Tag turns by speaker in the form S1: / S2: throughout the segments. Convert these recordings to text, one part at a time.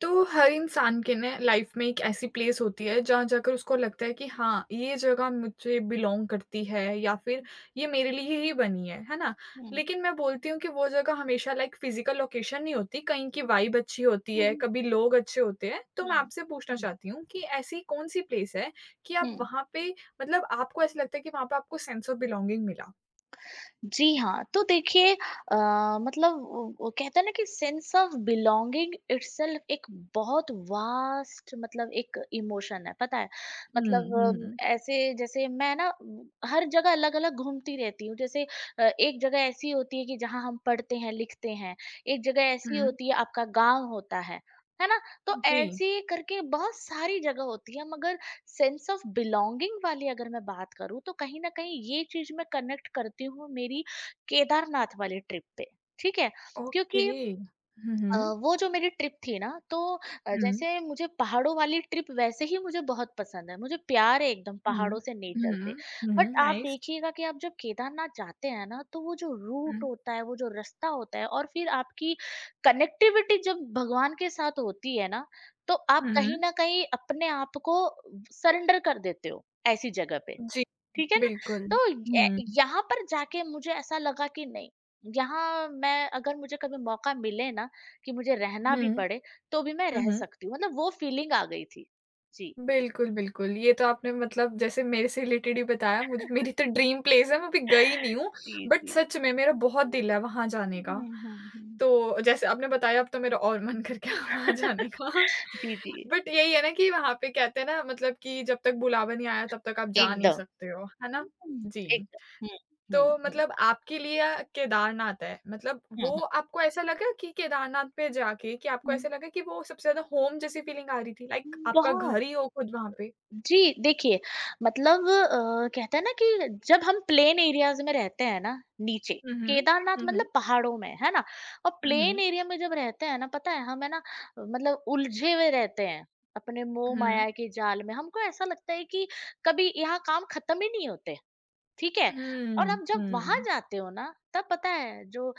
S1: तो हर इंसान के ना लाइफ में एक ऐसी प्लेस होती है जहाँ जाकर उसको लगता है कि हाँ, ये जगह मुझे बिलोंग करती है या फिर
S2: हुँ,
S1: ये मेरे लिए ही बनी है ना?
S2: हुँ,
S1: लेकिन मैं बोलती हूँ कि वो जगह हमेशा लाइक फिजिकल लोकेशन नहीं होती। कहीं की वाइब अच्छी होती है,
S2: हुँ,
S1: कभी लोग अच्छे होते हैं। तो
S2: हुँ,
S1: मैं आपसे पूछना
S2: हुँ, हुँ,
S1: चाहती हूँ कि ऐसी कौन सी प्लेस है कि आप
S2: हुँ।
S1: वहाँ पे मतलब आपको ऐसा लगता है कि वहाँ पे आपको सेंस ऑफ बिलोंगिंग मिला?
S2: जी हाँ, तो देखिए मतलब वो कहते हैं ना कि सेंस ऑफ बिलॉन्गिंग इटसेल्फ एक बहुत वास्ट मतलब एक इमोशन है, पता है? मतलब
S1: हम्म। हम्म।
S2: ऐसे जैसे मैं ना हर जगह अलग-अलग घूमती रहती हूँ, जैसे एक जगह ऐसी होती है कि जहाँ हम पढ़ते हैं, लिखते हैं, एक जगह ऐसी
S1: हम्म।
S2: होती है आपका गाँव होता है ना? तो
S1: जी।
S2: ऐसे करके बहुत सारी जगह होती है मगर सेंस ऑफ बिलोंगिंग वाली अगर मैं बात करूँ तो कहीं न कहीं ये चीज़ मैं कनेक्ट करती हूँ मेरी केदारनाथ वाली ट्रिप पे, ठीक है?
S1: ओके।
S2: क्योंकि
S1: हम्म।
S2: वो जो मेरी ट्रिप थी ना तो
S1: हम्म।
S2: जैसे मुझे पहाड़ों वाली ट्रिप वैसे ही मुझे बहुत पसंद है मुझे प्यार है एकदम
S1: हुँ।
S2: पहाड़ों से नेचर
S1: हुँ।
S2: से।
S1: हुँ, हुँ,
S2: बट आप
S1: नाइस।
S2: देखिएगा कि आप जब केदारनाथ जाते हैं ना तो वो जो रूट
S1: हुँ,
S2: होता है वो जो रास्ता होता है और फिर आपकी कनेक्टिविटी जब भगवान के साथ होती है ना तो आप
S1: हुँ।
S2: कहीं ना कहीं अपने आप को सरेंडर कर देते हो ऐसी जगह पे,
S1: जी,
S2: ठीक है ना?
S1: बिल्कुल।
S2: तो य
S1: हुँ,
S2: यहाँ पर जाके मुझे ऐसा लगा कि नहीं, यहाँ मैं अगर मुझे कभी मौका मिले ना कि मुझे रहना
S1: हुँ,
S2: भी पड़े, तो भी मैं
S1: हुँ,
S2: रह
S1: हुँ।
S2: सकती हूँ। मतलब वो फीलिंग आ गई थी। जी।
S1: बिल्कुल, बिल्कुल। ये तो आपने मतलब जैसे मेरे से रिलेटेड ही बताया। मुझे मेरी तो ड्रीम प्लेस है, मैं अभी गई नहीं हूँ,
S2: जी,
S1: बट
S2: जी।
S1: सच में मेरा बहुत दिल है वहाँ जाने का।
S2: हुँ, हुँ, हुँ।
S1: तो जैसे आपने बताया अब तो मेरा और मन कर गया वहाँ जाने का।
S2: जी, जी।
S1: बट यही है ना कि वहाँ पे कहते हैं ना मतलब कि जब तक बुलावा नहीं आया तब तक आप जा नहीं
S2: एकदम।
S1: सकते हो, है ना?
S2: हुँ,
S1: जी।
S2: एकदम। हुँ, हुँ,
S1: तो
S2: हुँ,
S1: मतलब आपके लिए केदारनाथ है। मतलब
S2: हुँ,
S1: वो
S2: हुँ।
S1: आपको ऐसा लगा कि केदारनाथ पे जाके कि आपको ऐसा लगा कि वो सबसे ज़्यादा होम जैसी फीलिंग आ रही थी? लाइक
S2: हुँ,
S1: आपका
S2: बहुत।
S1: घर ही हो खुद वहाँ पे?
S2: जी, देखिए मतलब कहते हैं ना कि जब हम प्लेन एरियाज़ में रहते हैं ना नीचे,
S1: हुँ, हुँ।
S2: केदारनाथ
S1: हुँ, हुँ।
S2: मतलब पहाड़ों में, है ना? और
S1: हुँ,
S2: प्लेन
S1: हुँ।
S2: एरिया में जब रहते हैं ना, पता है हम है ना मतलब उलझे हुए रहते हैं, अपने मोह
S1: हुँ।
S2: माया के जाल में। हमको ऐसा लगता है कि कभी यहाँ काम खत्म ही नहीं होते। ठीक है? और
S1: हुँ,
S2: आप जब वहाँ
S1: हुँ।
S2: जाते हो ना, तब पता है जो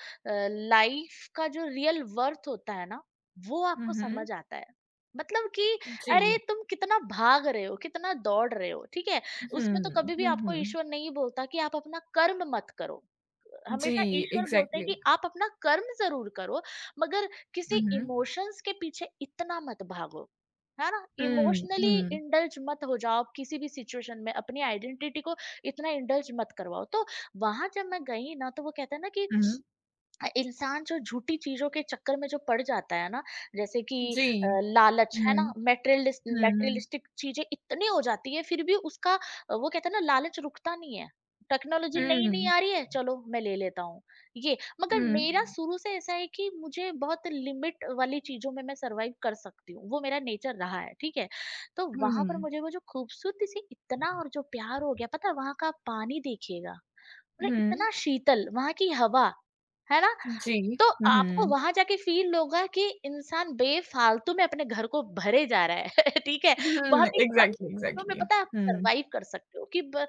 S2: लाइफ़ का जो रियल वर्थ होता है ना, वो
S1: हुँ,
S2: आपको
S1: हुँ।
S2: समझ आता है। मतलब कि
S1: जी।
S2: अरे, तुम कितना भाग रहे हो, कितना दौड़ रहे हो, ठीक है? उसमें तो
S1: हुँ।
S2: कभी भी
S1: हुँ,
S2: आपको
S1: हुँ।
S2: ईश्वर नहीं बोलता कि आप अपना कर्म मत करो।
S1: जी,
S2: हमेशा ईश्वर बोलते हैं
S1: एग्ज़ैक्टली।
S2: कि आप अपना कर्म जरूर करो, मगर किसी
S1: हुँ, हुँ।
S2: इमोशंस के पीछे इतना मत भागो, है ना,
S1: हुँ,
S2: इमोशनली
S1: हुँ।
S2: इंडल्ज मत हो जाओ किसी भी सिचुएशन में अपनी आइडेंटिटी को इतना इंडल्ज मत करवाओ। तो वहां जब मैं गई ना तो वो कहते हैं ना कि
S1: हुँ।
S2: इंसान जो झूठी चीज़ों के चक्कर में जो पड़ जाता है ना, जैसे कि
S1: जी।
S2: अ, लालच, है ना?
S1: हुँ। हुँ, हुँ।
S2: मटेरियलिस्टिक चीज़ें इतनी हो जाती है, फिर भी उसका वो कहते हैं ना लालच रुकता नहीं है। टेक्नोलॉजी नई नई
S1: हुँ।
S2: आ रही है, चलो मैं ले लेता हूँ, ये। मगर
S1: हुँ।
S2: मेरा शुरू से ऐसा है कि मुझे बहुत लिमिट वाली चीज़ों में मैं सर्वाइव कर सकती हूँ, वो मेरा नेचर रहा है, ठीक है? तो वहाँ पर
S1: हुँ।
S2: मुझे वो जो खूबसूरती से इतना और जो प्यार हो गया, पता है वहाँ का आप पानी देखिएगा, मतलब
S1: हुँ।
S2: इतना शीतल वहाँ की हवा, है ना?
S1: जी।
S2: तो
S1: हुँ,
S2: आपको
S1: हुँ।
S2: वहाँ जाके फ़ील होगा कि इंसान बेफ़ालतू में अपने घर को भरे जा रहा है, ठीक है?
S1: Mhm,
S2: बहुत ही कम
S1: एग्ज़ैक्टली,
S2: चीज़ों में
S1: एग्ज़ैक्टली।
S2: पता है आप
S1: हुँ।
S2: सर्वाइव कर सकते हो कि ब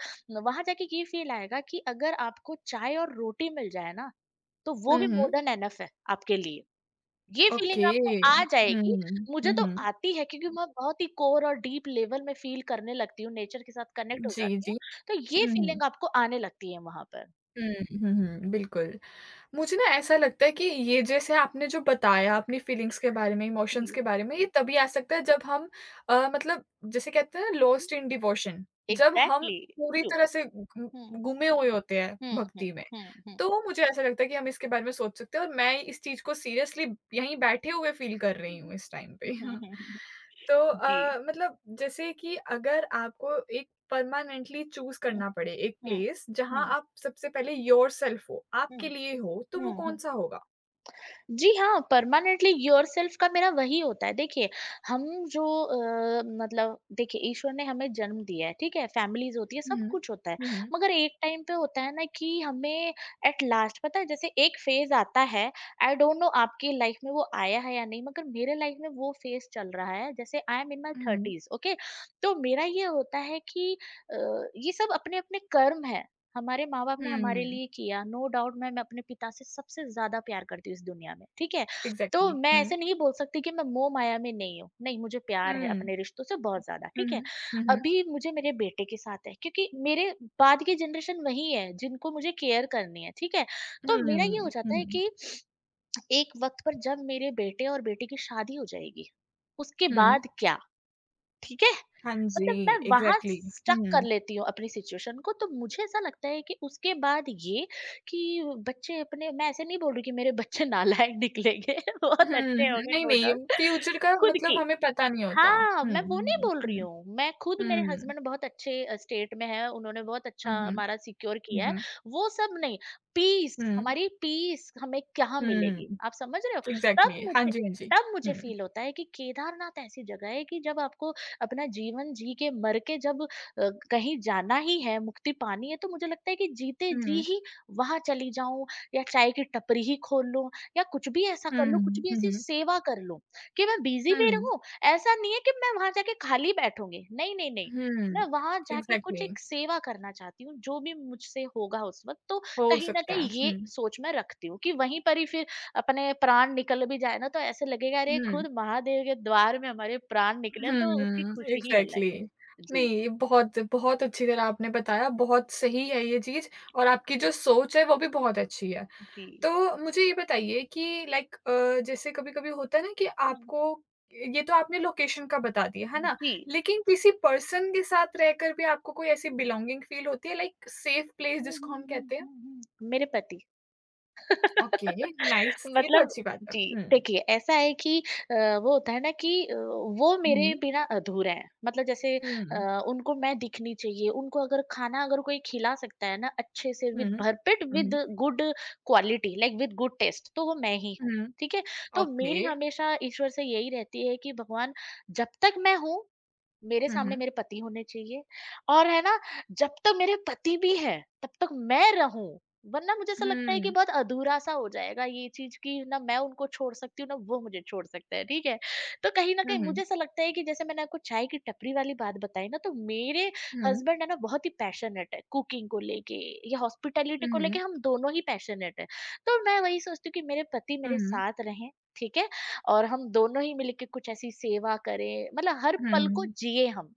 S2: वहाँ जाके ये फ़ील आएगा कि अगर आपको चाय और रोटी मिल जाए ना, तो वो
S1: हुँ,
S2: भी मोर
S1: हुँ।
S2: देन एनफ है आपके लिए। ये
S1: ओके।
S2: फ़ीलिंग आपको आ
S1: हुँ,
S2: जाएगी,
S1: हुँ।
S2: मुझे
S1: हुँ,
S2: तो
S1: हुँ।
S2: आती है क्योंकि मैं बहुत ही कोर और डीप लेवल में फ़ील करने लगती हूँ, नेचर के साथ कनेक्ट हो
S1: जी,
S2: जाती
S1: जी।
S2: हूँ, तो ये
S1: हुँ, हुँ।
S2: फ़ीलिंग आपको आने लगती है वहाँ पर।
S1: हुँ, हुँ, हुँ, बिल्कुल। मुझे ना ऐसा लगता है कि ये जैसे आपने जो बताया अपनी फीलिंग्स के बारे में, इमोशंस
S2: जी।
S1: के बारे में, ये तभी आ सकता है जब हम मतलब जिसे कहते हैं ना लॉस्ट इन डिवोशन, जब हम
S2: Exactly.
S1: पूरी
S2: True.
S1: तरह से घु
S2: Hmm.
S1: गुमे हुए होते हैं
S2: Hmm.
S1: भक्ति में।
S2: Hmm. Hmm.
S1: तो मुझे ऐसा लगता है कि हम इसके बारे में सोच सकते हैं और मैं इस चीज़ को सीरियसली यहीं बैठे हुए फ़ील कर रही हूँ इस टाइम पे।
S2: Hmm.
S1: तो मतलब जैसे कि अगर आपको एक परमानेंटली चूज़
S2: Hmm.
S1: करना पड़े एक
S2: Hmm.
S1: प्लेस जहाँ
S2: Hmm.
S1: आप सबसे पहले योरसेल्फ हो,
S2: Hmm.
S1: आपके लिए हो, तो
S2: Hmm.
S1: वो
S2: Hmm. Hmm.
S1: कौन-सा होगा?
S2: जी हाँ, परमानेंटली योरसेल्फ का मेरा वही होता है। देखिए, हम जो मतलब देखिए ईश्वर ने हमें जन्म दिया है, ठीक है? फैमिलीज़ होती है, सब
S1: हुँ,
S2: कुछ होता है।
S1: हुँ, हुँ,
S2: मगर एक टाइम पे होता है ना कि हमें एट लास्ट पता है जैसे एक फ़ेज़ आता है, आई डोंट नो आपकी लाइफ़ में वो आया है या नहीं, मगर मेरे लाइफ़ में वो फ़ेज़ चल रहा है जैसे I am in my
S1: hmm,
S2: 30s, okay? तो मेरा ये होता है कि अ, ये सब अपने-अपने कर्म है। हमारे माँ-बाप ने हमारे
S1: हुँ,
S2: लिए किया, नो डाउट मैं अपने पिता से सबसे ज़्यादा प्यार करती हूँ इस दुनिया में, ठीक है? तो
S1: एग्ज़ैक्टली,
S2: मैं
S1: हुँ,
S2: ऐसे नहीं बोल सकती कि मैं मोह-माया में नहीं हूँ, नहीं मुझे प्यार है
S1: हुँ,
S2: अपने रिश्तों से बहुत ज़्यादा,
S1: हुँ,
S2: ठीक है?
S1: हुँ, हुँ,
S2: अभी मुझे मेरे बेटे के साथ है क्योंकि मेरे बाद की जनरेशन वही है जिनको मुझे केयर करनी है, ठीक है? तो मेरा ये हो
S1: हुँ,
S2: जाता है
S1: हुँ,
S2: कि एक वक़्त पर जब मेरे बेटे और बेटी की शादी हो जाएगी, उसके
S1: हुँ,
S2: बाद क्या? ठीक है?
S1: हाँ जी,
S2: मतलब मैं वहाँ
S1: एग्ज़ैक्टली,
S2: स्टक
S1: हुँ,
S2: कर लेती हूँ अपनी सिचुएशन को तो मुझे ऐसा लगता है कि उसके बाद ये कि बच्चे अपने मैं ऐसे नहीं बोल रही कि मेरे बच्चे नालायक निकलेंगे
S1: हुँ,
S2: बहुत अच्छे होंगे
S1: नहीं,
S2: नो
S1: नहीं,
S2: डाउट।
S1: फ्यूचर का
S2: खुद
S1: मतलब
S2: की
S1: हमें पता नहीं होता।
S2: हाँ,
S1: हुँ,
S2: मैं वो नहीं
S1: हुँ,
S2: बोल रही
S1: हुँ,
S2: हूँ। मैं खुद मेरे
S1: हुँ,
S2: हस्बैंड बहुत अच्छे स्टेट में हैं, उन्होंने बहुत
S1: हुँ,
S2: अच्छा
S1: हुँ,
S2: हमारा सिक्योर किया है।
S1: हुँ,
S2: वो सब नहीं,
S1: हुँ,
S2: पीस हमें कहाँ मिलेगी?
S1: हुँ।
S2: आप समझ रहे हो?
S1: एग्ज़ैक्टली,
S2: तब
S1: हाँ
S2: मुझे
S1: जी, हाँ जी।
S2: तब मुझे
S1: हुँ।
S2: फ़ील होता है कि केदारनाथ ऐसी जगह है कि जब आपको अपना जीवन जी के मर के जब कहीं जाना ही है, मुक्ति पानी है, तो मुझे लगता है कि जीते जी
S1: हुँ,
S2: ही वहाँ चली जाऊँ या चाय की टपरी ही खोल लूँ या कुछ भी ऐसा कर लूँ, कुछ
S1: हुँ,
S2: भी ऐसी
S1: हुँ,
S2: सेवा कर लूँ, कि मैं बिज़ी
S1: हुँ,
S2: भी
S1: हुँ,
S2: रहूँ। ऐसा नहीं है कि मैं वहाँ जाके खाली बैठूँगी, नहीं, नहीं, नहीं।
S1: हुँ।
S2: मैं वहाँ जाके कुछ
S1: एग्ज़ैक्टली,
S2: एक सेवा करना चाहती हूँ, जो भी मुझसे होगा उस वक़्त, तो
S1: हो
S2: कहीं न
S1: सकता है।
S2: कहीं ये
S1: हुँ,
S2: सोच मैं रखती हूँ कि वहीं पर ही फिर अपने प्राण निकल भी जाए ना, तो ऐसे लगेगा अरे!
S1: हुँ,
S2: खुद महादेव के द्वार में हमारे प्राण निकले तो उसकी
S1: हुँ,
S2: खुशी ही
S1: एग्ज़ैक्टली।
S2: अलग है।
S1: नहीं,
S2: जी,
S1: ये बहुत बहुत अच्छी तरह आपने बताया, बहुत सही है ये चीज़ और आपकी जो
S2: जी,
S1: सोच है वो भी बहुत अच्छी है।
S2: जी।
S1: तो मुझे ये बताइए कि लाइक जैसे कभी-कभी होता है ना कि
S2: हुँ,
S1: आपको ये तो आपने लोकेशन का बता दिया, है ना?
S2: जी।
S1: लेकिन किसी पर्सन के साथ रहकर भी आपको कोई ऐसी बिलॉन्गिंग फ़ील होती है लाइक सेफ प्लेस
S2: हुँ,
S1: जिसको
S2: हुँ,
S1: हम
S2: हुँ,
S1: कहते हैं?
S2: हुँ, हुँ, हुँ। मेरे पति।
S1: ओके, नाइस, ये तो
S2: मतलब
S1: अच्छी बात है।
S2: जी,
S1: हुँ,
S2: देखिए ऐसा है कि वो होता है ना कि वो मेरे
S1: हुँ,
S2: बिना अधूरे हैं, मतलब जैसे अ,
S1: हुँ,
S2: उनको मैं दिखनी चाहिए, उनको अगर खाना अगर कोई खिला सकता है ना अच्छे से विद
S1: हुँ,
S2: भरपेट विद
S1: हुँ,
S2: good quality like with good taste, तो वो मैं ही हूँ,
S1: हुँ,
S2: ठीक है? तो
S1: ओके।
S2: मेरी हमेशा ईश्वर से यही रहती है कि भगवान, जब तक मैं हूँ मेरे
S1: हुँ,
S2: सामने
S1: हुँ,
S2: मेरे पति होने चाहिए और, है ना, जब तक मेरे पति भी हैं, तब तक मैं रहूँ। वरना मुझे ऐसा लगता है कि
S1: हुँ,
S2: बहुत अधूरा-सा हो जाएगा ये चीज़ कि ना मैं उनको छोड़ सकती हूँ, ना वो मुझे छोड़ सकता है, ठीक है? तो कहीं न कहीं
S1: हुँ,
S2: मुझे ऐसा लगता है कि जैसे मैंने आपको चाय की टपरी वाली बात बताई ना, तो मेरे
S1: हुँ,
S2: हस्बैंड है ना बहुत ही पैशनेट है कुकिंग को लेके या हॉस्पिटैलिटी को
S1: हुँ,
S2: लेके, हम दोनों ही पैशनेट हैं। तो मैं वही सोचती हूँ कि मेरे पति मेरे साथ रहें, ठीक है? और हम दोनों ही मिलके कुछ ऐसी सेवा करें, मतलब हर
S1: हुँ,
S2: पल को
S1: हुँ,
S2: जिए हम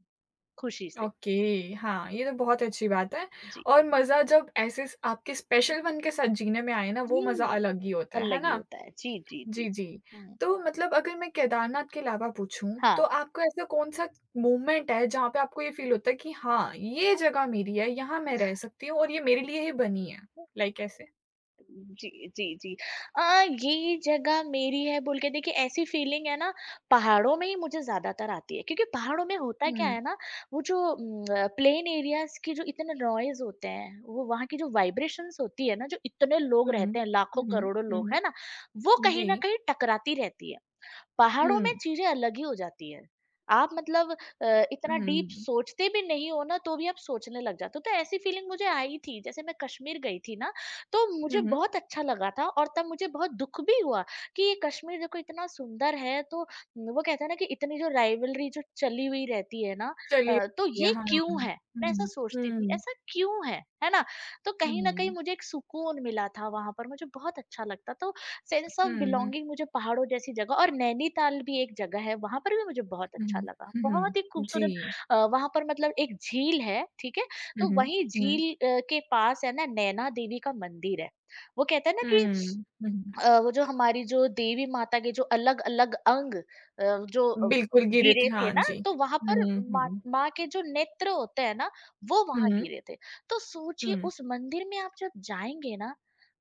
S2: खुशी से।
S1: ओके, हाँ, ये तो बहुत अच्छी बात है।
S2: जी।
S1: और मज़ा जब ऐसे स आपके
S2: हुँ।
S1: स्पेशल वन के साथ जीने में आए ना, वो मज़ा
S2: जी,
S1: अलग ही होता है
S2: अलग ही
S1: ना?
S2: होता है। जी, जी, जी।
S1: जी, जी।
S2: हुँ।
S1: तो मतलब अगर मैं केदारनाथ के अलावा पूछूँ, तो
S2: हाँ।
S1: आपको ऐसा कौन-सा मोमेंट है जहाँ पे आपको ये फ़ील होता है कि हाँ, ये जगह मेरी है, यहाँ मैं रह सकती हूँ और ये मेरे लिए ही बनी है? लाइक ऐसे?
S2: जी, जी, जी। अ, ये जगह मेरी है बोल के देखिए, ऐसी फीलिंग है ना पहाड़ों में ही मुझे ज़्यादातर आती है क्योंकि पहाड़ों में होता क्या
S1: हुँ,
S2: है ना, वो जो प्लेन एरियाज़ के जो इतने नॉइज़ होते हैं, वो वहाँ की जो वाइब्रेशंस होती है ना जो इतने लोग
S1: हुँ,
S2: रहते हैं, लाखों
S1: हुँ,
S2: करोड़ों लोग
S1: हुँ,
S2: है ना, वो
S1: जी।
S2: कहीं न कहीं टकराती रहती है। पहाड़ों में
S1: हुँ,
S2: चीज़ें अलग ही हो जाती हैं। आप मतलब इतना डीप
S1: हुँ,
S2: सोचते भी नहीं हो ना, तो भी आप सोचने लग जाते हो। तो ऐसी फीलिंग मुझे आई थी, जैसे मैं कश्मीर गई थी ना, तो मुझे
S1: हुँ,
S2: बहुत अच्छा लगा था और तब मुझे बहुत दुःख भी हुआ कि ये कश्मीर देखो इतना सुंदर है, तो वो कहते हैं ना कि इतनी जो राइवलरी जो चली हुई रहती है ना,
S1: चलिए
S2: तो ये
S1: यहाँ
S2: क्यों
S1: हुँ,
S2: है? मैं ऐसा
S1: हुँ,
S2: सोचती थी,
S1: हुँ,
S2: ऐसा क्यों है? है ना? तो
S1: हुँ, हुँ,
S2: कहीं
S1: हुँ,
S2: न कहीं
S1: जी।
S2: मुझे एक सुकून मिला था वहाँ पर, मुझे बहुत अच्छा लगता। तो सेंस ऑफ
S1: हुँ,
S2: बिलोंगिंग मुझे पहाड़ों जैसी जगह, और नैनीताल भी एक जगह है, वहाँ पर भी मुझे बहुत अच्छा लगा। बहुत ही खूबसूरत वहाँ पर मतलब एक झील है, ठीक है? तो
S1: हुँ,
S2: वहीं झील के पास है ना नैना देवी का मंदिर है। वो कहते हैं ना कि
S1: हुँ, हुँ,
S2: वो जो हमारी जो देवी माता के जो अलग-अलग अंग जो
S1: हुँ, बिल्कुल गिरे थे।
S2: गिरे थे
S1: हाँ
S2: ना,
S1: जी।
S2: तो वहाँ पर
S1: हुँ,
S2: माँ
S1: हुँ,
S2: माँ के जो नेत्र होते हैं ना, वो वहाँ
S1: हुँ,
S2: गिरे थे। तो सोचिए
S1: हुँ।
S2: उस मंदिर में आप जब जाएँगे ना,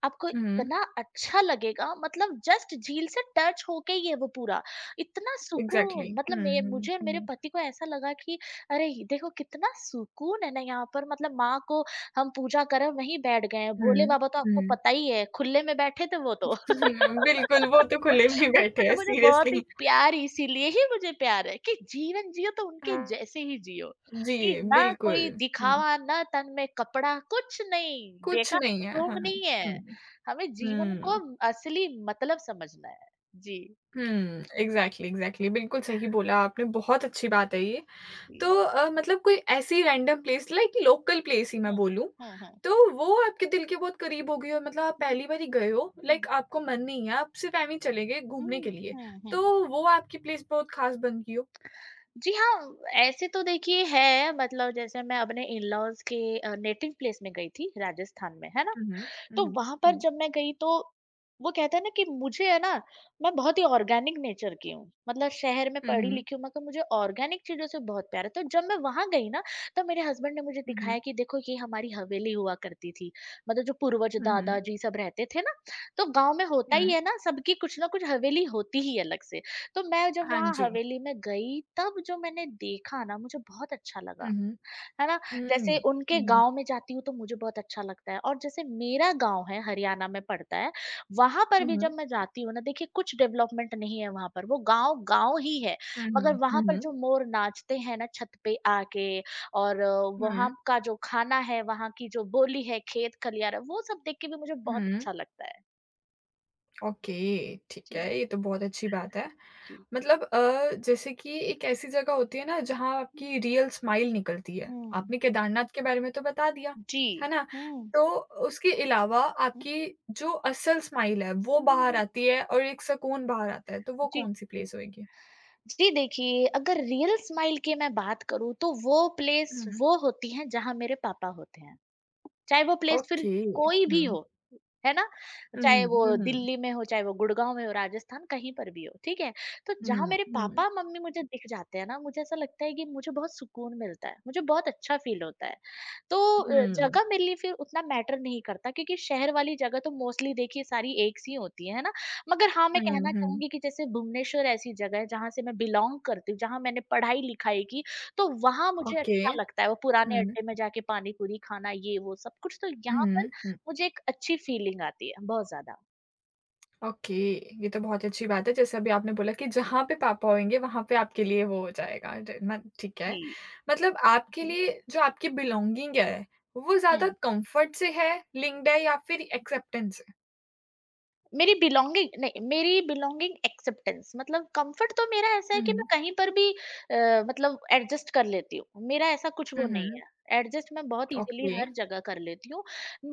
S2: आपको
S1: हुँ।
S2: इतना अच्छा लगेगा, मतलब जस्ट झील से टच होके ही है वो पूरा। इतना
S1: एग्ज़ैक्टली।
S2: सुकून,
S1: हुँ,
S2: मतलब मे
S1: हुँ,
S2: मुझे और मेरे
S1: हुँ,
S2: पति को ऐसा लगा कि अरे! ये देखो कितना सुकून है ना यहाँ पर, मतलब माँ को हम पूजा करें वहीं बैठ गए हैं। भोले
S1: हुँ,
S2: बाबा तो आपको
S1: हुँ।
S2: पता ही है, खुले में बैठे थे वो तो।
S1: हुँ, बिल्कुल, वो तो खुले में बैठे
S2: उनसे तो
S1: हैं
S2: मुझे बहुत
S1: सीरियसली।
S2: ही प्यार, इसीलिए ही मुझे प्यार है कि जीवन जियो तो उनके
S1: हाँ,
S2: जैसे ही जियो,
S1: जी,
S2: कि ना
S1: बिल्कुल।
S2: कोई
S1: हुँ,
S2: दिखावा, ना तन में कपड़ा, कुछ नहीं
S1: कुछ
S2: बेकार
S1: नहीं है। हाँ,
S2: ढोंग नहीं है।
S1: हुँ,
S2: हमें जीवन को
S1: हुँ,
S2: असली मतलब समझना है। जी।
S1: हुँ, एग्ज़ैक्टली, एग्ज़ैक्टली, बिल्कुल सही बोला आपने, बहुत अच्छी बात है ये।
S2: जी।
S1: तो मतलब कोई ऐसी random place like local place ही मैं
S2: हम्म,
S1: बोलूँ,
S2: हम्म, हम्म,
S1: तो वो आपके दिल के बहुत करीब हो गई हो, मतलब आप पहली
S2: हम्म,
S1: बार ही गए हो, लाइक
S2: हम्म,
S1: आपको मन नहीं है, आप सिर्फ़ ऐवें ही चले गए घूमने
S2: हम्म,
S1: के लिए, तो वो आपकी प्लेस बहुत ख़ास बन गई हो?
S2: जी हाँ, ऐसे तो देखिए है, मतलब जैसे मैं अपने इन-लॉज़ के नेटिव प्लेस में गई थी, राजस्थान में, है ना?
S1: हुँ, हुँ,
S2: तो
S1: हुँ,
S2: वहाँ पर
S1: हुँ।
S2: जब मैं गई तो वो कहते हैं ना कि मुझे है ना, मैं बहुत ही ऑर्गेनिक नेचर की हूँ। मतलब शहर में
S1: हुँ, हुँ,
S2: पढ़ी-लिखी हूँ, मगर मुझे ऑर्गेनिक चीज़ों से बहुत प्यार है। तो जब मैं वहाँ गई ना, तब मेरे हस्बैंड ने मुझे
S1: हुँ,
S2: दिखाया
S1: हुँ,
S2: कि देखो ये हमारी हवेली हुआ करती थी। मतलब जो पूर्वज
S1: हुँ,
S2: दादाजी सब रहते थे ना, तो गाँव में
S1: हुँ,
S2: होता ही
S1: हुँ।
S2: है ना, सबकी कुछ ना कुछ हवेली होती ही अलग से। तो मैं जब
S1: हाँ
S2: वहाँ
S1: जी।
S2: हवेली में गई, तब जो मैंने देखा ना, मुझे बहुत अच्छा लगा,
S1: हुँ, हुँ,
S2: है ना? जैसे
S1: हुँ,
S2: उनके
S1: हुँ, हुँ,
S2: गाँव में जाती हूँ तो मुझे बहुत अच्छा लगता है, और जैसे मेरा गाँव है हरियाणा में पड़ता है, वहाँ पर
S1: हुँ,
S2: भी
S1: हुँ,
S2: जब
S1: हुँ,
S2: मैं जाती हूँ ना, देखिए कुछ डेवलपमेंट नहीं है वहाँ पर, वो गाँव गाँव ही है, मगर वहाँ पर
S1: हुँ,
S2: जो मोर नाचते हैं ना छत पे आके, और
S1: हुँ,
S2: वहाँ का जो खाना है, वहाँ की जो बोली है, खेत खलियान है, वो सब देख के भी मुझे बहुत
S1: हुँ, हुँ।
S2: अच्छा लगता है।
S1: ओके, ठीक
S2: जी,
S1: है, ये तो बहुत अच्छी बात है।
S2: जी।
S1: मतलब जैसे कि एक ऐसी जगह होती है ना जहाँ
S2: हुँ।
S1: आपकी रियल स्माइल निकलती है।
S2: हुँ।
S1: आपने केदारनाथ के बारे में तो बता दिया,
S2: जी।
S1: है ना?
S2: हुँ।
S1: तो उसके अलावा आपकी जो असल स्माइल है
S2: हुँ,
S1: वो
S2: हुँ,
S1: बाहर
S2: हुँ।
S1: आती है और एक सुकून बाहर आता है, तो वो
S2: जी,
S1: कौन-सी प्लेस होएगी?
S2: जी देखिए, अगर रियल स्माइल की मैं बात करूँ तो वो प्लेस
S1: हुँ।
S2: वो होती है जहाँ मेरे पापा होते हैं। चाहे वो प्लेस फिर
S1: Okay.
S2: कोई भी
S1: Mhm.
S2: हो, है ना? चाहे
S1: Mhm,
S2: वो
S1: mhm,
S2: दिल्ली में हो, चाहे वो गुड़गाँव में हो, राजस्थान कहीं पर भी हो, ठीक है? तो जहाँ
S1: mhm,
S2: मेरे
S1: mhm,
S2: पापा-मम्मी मुझे दिख जाते हैं ना, मुझे ऐसा लगता है कि मुझे बहुत सुकून मिलता है, मुझे बहुत अच्छा फ़ील होता है।
S1: mhm,
S2: जगह मेरे लिए फिर उतना मैटर नहीं करता, क्योंकि शहर वाली जगह तो मोस्टली देखिए सारी एक सी होती है ना? मगर हाँ, मैं
S1: mhm,
S2: कहना
S1: mhm,
S2: चाहूँगी कि जैसे भुवनेश्वर ऐसी जगह है जहाँ से मैं बिलॉन्ग करती हूँ, जहाँ मैंने पढ़ाई-लिखाई की, तो वहाँ मुझे
S1: ओके।
S2: अच्छा लगता है। वो पुराने
S1: हुँ,
S2: अड्डे में जाके पानी-पूरी खाना, ये वो सब कुछ, तो यहाँ पर
S1: हुँ, हुँ,
S2: मुझे एक अच्छी फीलिंग आती है, बहुत ज़्यादा।
S1: ओके, ये तो बहुत अच्छी बात है। जैसे अभी आपने बोला कि जहाँ पे पापा होंगे, वहाँ पे आपके लिए वो हो जाएगा ड म ठीक है।
S2: जी,
S1: मतलब आपके
S2: जी।
S1: लिए जो आपकी बिलॉन्गिंग है, वो ज़्यादा
S2: हुँ।
S1: कम्फ़र्ट से है लिंक्ड है या फिर एक्सेप्टेंस से?
S2: मेरी बिलॉन्गिंग नहीं, मेरी बिलॉन्गिंग एक्सेप्टेंस, मतलब कंफर्ट तो मेरा ऐसा है
S1: हुँ,
S2: कि मैं
S1: हुँ,
S2: कहीं पर भी मतलब एडजस्ट कर लेती हूँ। मेरा ऐसा कुछ
S1: हुँ,
S2: वो नहीं
S1: हुँ,
S2: है। एडजस्ट मैं बहुत इज़िली
S1: ओके।
S2: हर जगह कर लेती हूँ।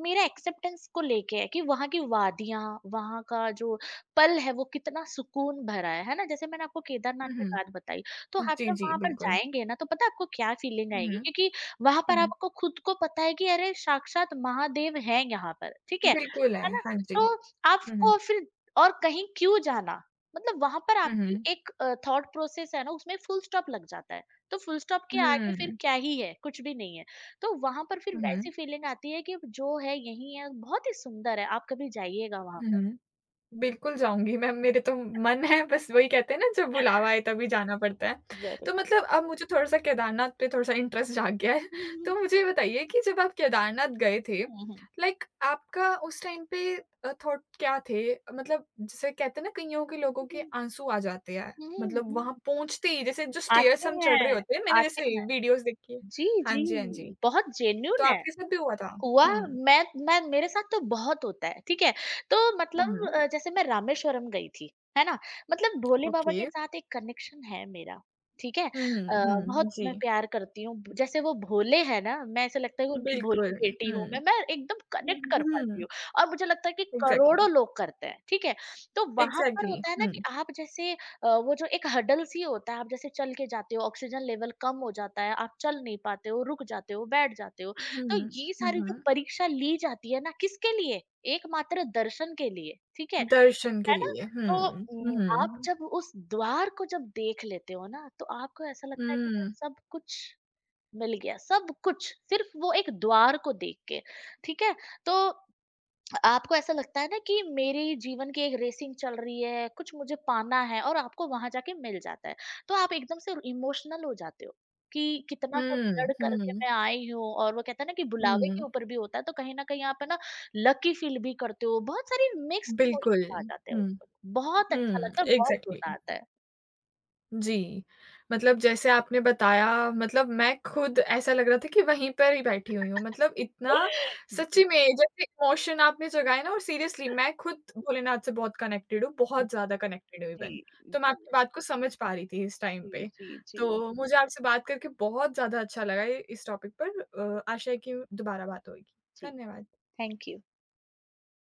S2: मेरा एक्सेप्टेंस को लेके है कि वहाँ की वादियाँ, वहाँ का जो पल है, वो कितना सुकून भरा है ना? जैसे मैंने आपको केदारनाथ की
S1: हुँ,
S2: बात बताई, तो
S1: हुँ,
S2: आप
S1: जी,
S2: जब
S1: जी,
S2: वहाँ पर
S1: बिल्कुल।
S2: जाएँगे ना, तो पता है आपको क्या फीलिंग
S1: हुँ,
S2: आएगी,
S1: हुँ,
S2: क्योंकि वहाँ पर
S1: हुँ,
S2: आपको खुद को पता है कि अरे साक्षात महादेव हैं यहाँ पर, ठीक
S1: हुँ,
S2: है।
S1: बिल्कुल है।
S2: है ना?
S1: हाँ जी।
S2: तो
S1: हुँ, हुँ,
S2: आपको फिर और कहीं क्यों जाना? मतलब वहाँ पर
S1: हुँ,
S2: आपकी
S1: हुँ।
S2: एक थॉट प्रोसेस है ना, उसमें फुल स्टॉप लग जाता है। तो फुल स्टॉप के आगे फिर
S1: हुँ।
S2: क्या ही है? कुछ भी नहीं है। तो वहाँ पर फिर
S1: हुँ, हुँ।
S2: वैसी फीलिंग आती है कि जो है यही है, बहुत ही सुंदर है, आप कभी जाइएगा वहाँ
S1: हुँ,
S2: पर।
S1: हुँ। बिल्कुल जाऊँगी मैं, मेरे तो मन है। बस वही कहते हैं ना, जब बुलावा आए तभी जाना पड़ता है।
S2: ज़रूर।
S1: तो मतलब अब मुझे थोड़ा-सा केदारनाथ पे थोड़ा-सा इंटरेस्ट जाग गया है।
S2: हुँ,
S1: तो
S2: हुँ।
S1: मुझे ये बताइए कि जब आप केदारनाथ गए थे,
S2: हुँ, हुँ।
S1: लाइक आपका उस टाइम पे थॉट क्या थे? मतलब जैसे कहते हैं ना, कइयों के लोगों के आँसू आ जाते हैं।
S2: हुँ, हुँ,
S1: मतलब वहाँ
S2: हुँ।
S1: पहुँचते ही जैसे जो
S2: आते
S1: स्टेयर्स हम चढ़ रहे
S2: हैं,
S1: होते हैं, मैंने
S2: आते
S1: जैसे
S2: हैं।
S1: वीडियोज़ देखी है।
S2: जी,
S1: हाँ
S2: जी।
S1: जी, हाँ जी।
S2: बहुत
S1: तो
S2: जेन्युइन है।
S1: आपके साथ भी हुआ था?
S2: हुआ।
S1: हुँ।
S2: मैं, मेरे साथ तो बहुत होता है, ठीक है? तो
S1: हुँ,
S2: मतलब
S1: हुँ।
S2: जैसे मैं रामेश्वरम गई थी, है ना? मतलब भोले बाबा
S1: ओके।
S2: के साथ एक कनेक्शन है मेरा, ठीक है?
S1: हुँ, हुँ,
S2: बहुत
S1: हुँ। जी।
S2: मैं प्यार करती हूँ, जैसे वो भोले हैं ना, मैं ऐसा लगता है कि उनकी भोली
S1: बिल्कुल,
S2: बेटी
S1: हुँ।
S2: हूँ मैं एकदम कनेक्ट कर पाती
S1: हुँ,
S2: हूँ, और मुझे लगता है कि
S1: एग्ज़ैक्टली,
S2: करोड़ों लोग करते हैं, ठीक है? तो वहाँ पर
S1: एग्ज़ैक्टली,
S2: होता है ना
S1: हुँ,
S2: कि आप जैसे वो जो एक हडल सी होता है, आप जैसे चल के जाते हो, ऑक्सीजन लेवल कम हो जाता है, आप चल नहीं पाते हो, रुक जाते हो, बैठ जाते हो। तो
S1: हुँ,
S2: ये
S1: हुँ,
S2: सारी जो
S1: हुँ।
S2: परीक्षा ली जाती है ना, किसके लिए? एकमात्र दर्शन के लिए, ठीक
S1: दर्शन के
S2: है ना?
S1: लिए,
S2: तो
S1: हुँ,
S2: उम,
S1: हुँ,
S2: आप
S1: हुँ,
S2: जब उस द्वार को जब देख लेते हो ना, तो आपको ऐसा लगता है कि
S1: हुँ,
S2: बस सब कुछ मिल गया, सब कुछ सिर्फ़ वो एक द्वार को देख के, ठीक है? तो आपको ऐसा लगता है ना कि मेरे जीवन की एक रेसिंग चल रही है, कुछ मुझे पाना है, और आपको वहाँ जाके मिल जाता है। तो आप एकदम से इमोशनल हो जाते हो कि कितना सब
S1: हुँ,
S2: लड़ करके
S1: हुँ,
S2: मैं आई हूँ, और वो कहते हैं ना कि बुलावे के
S1: हुँ,
S2: ऊपर भी होता है, तो कहीं न कहीं आप है ना लकी फील भी करते हो। बहुत सारी मिक्स्ड
S1: बिल्कुल,
S2: इमोशंस आ जाते हैं उस
S1: हुँ,
S2: वक़्त। बहुत अच्छा
S1: हुँ,
S2: लगता है, बहुत
S1: एग्ज़ैक्टली।
S2: रोना आता है।
S1: जी, मतलब जैसे आपने बताया मतलब मैं खुद ऐसा लग रहा था कि वहीं पर ही बैठी हुई हूँ। मतलब इतना सच्ची
S2: जी,
S1: में जैसे इमोशन आपने जगाए ना, और सीरियसली मैं खुद भोलेनाथ से बहुत कनेक्टेड हूँ,
S2: जी,
S1: बहुत ज़्यादा कनेक्टेड हूँ इवन।
S2: जी,
S1: तो मैं आपकी बात को समझ पा रही थी इस टाइम
S2: जी,
S1: पे।
S2: जी, जी।
S1: तो मुझे आपसे बात करके बहुत ज़्यादा अच्छा लगा इ इस टॉपिक पर। आशा है कि दोबारा बात होगी।
S2: जी,
S1: धन्यवाद।
S2: Thank you.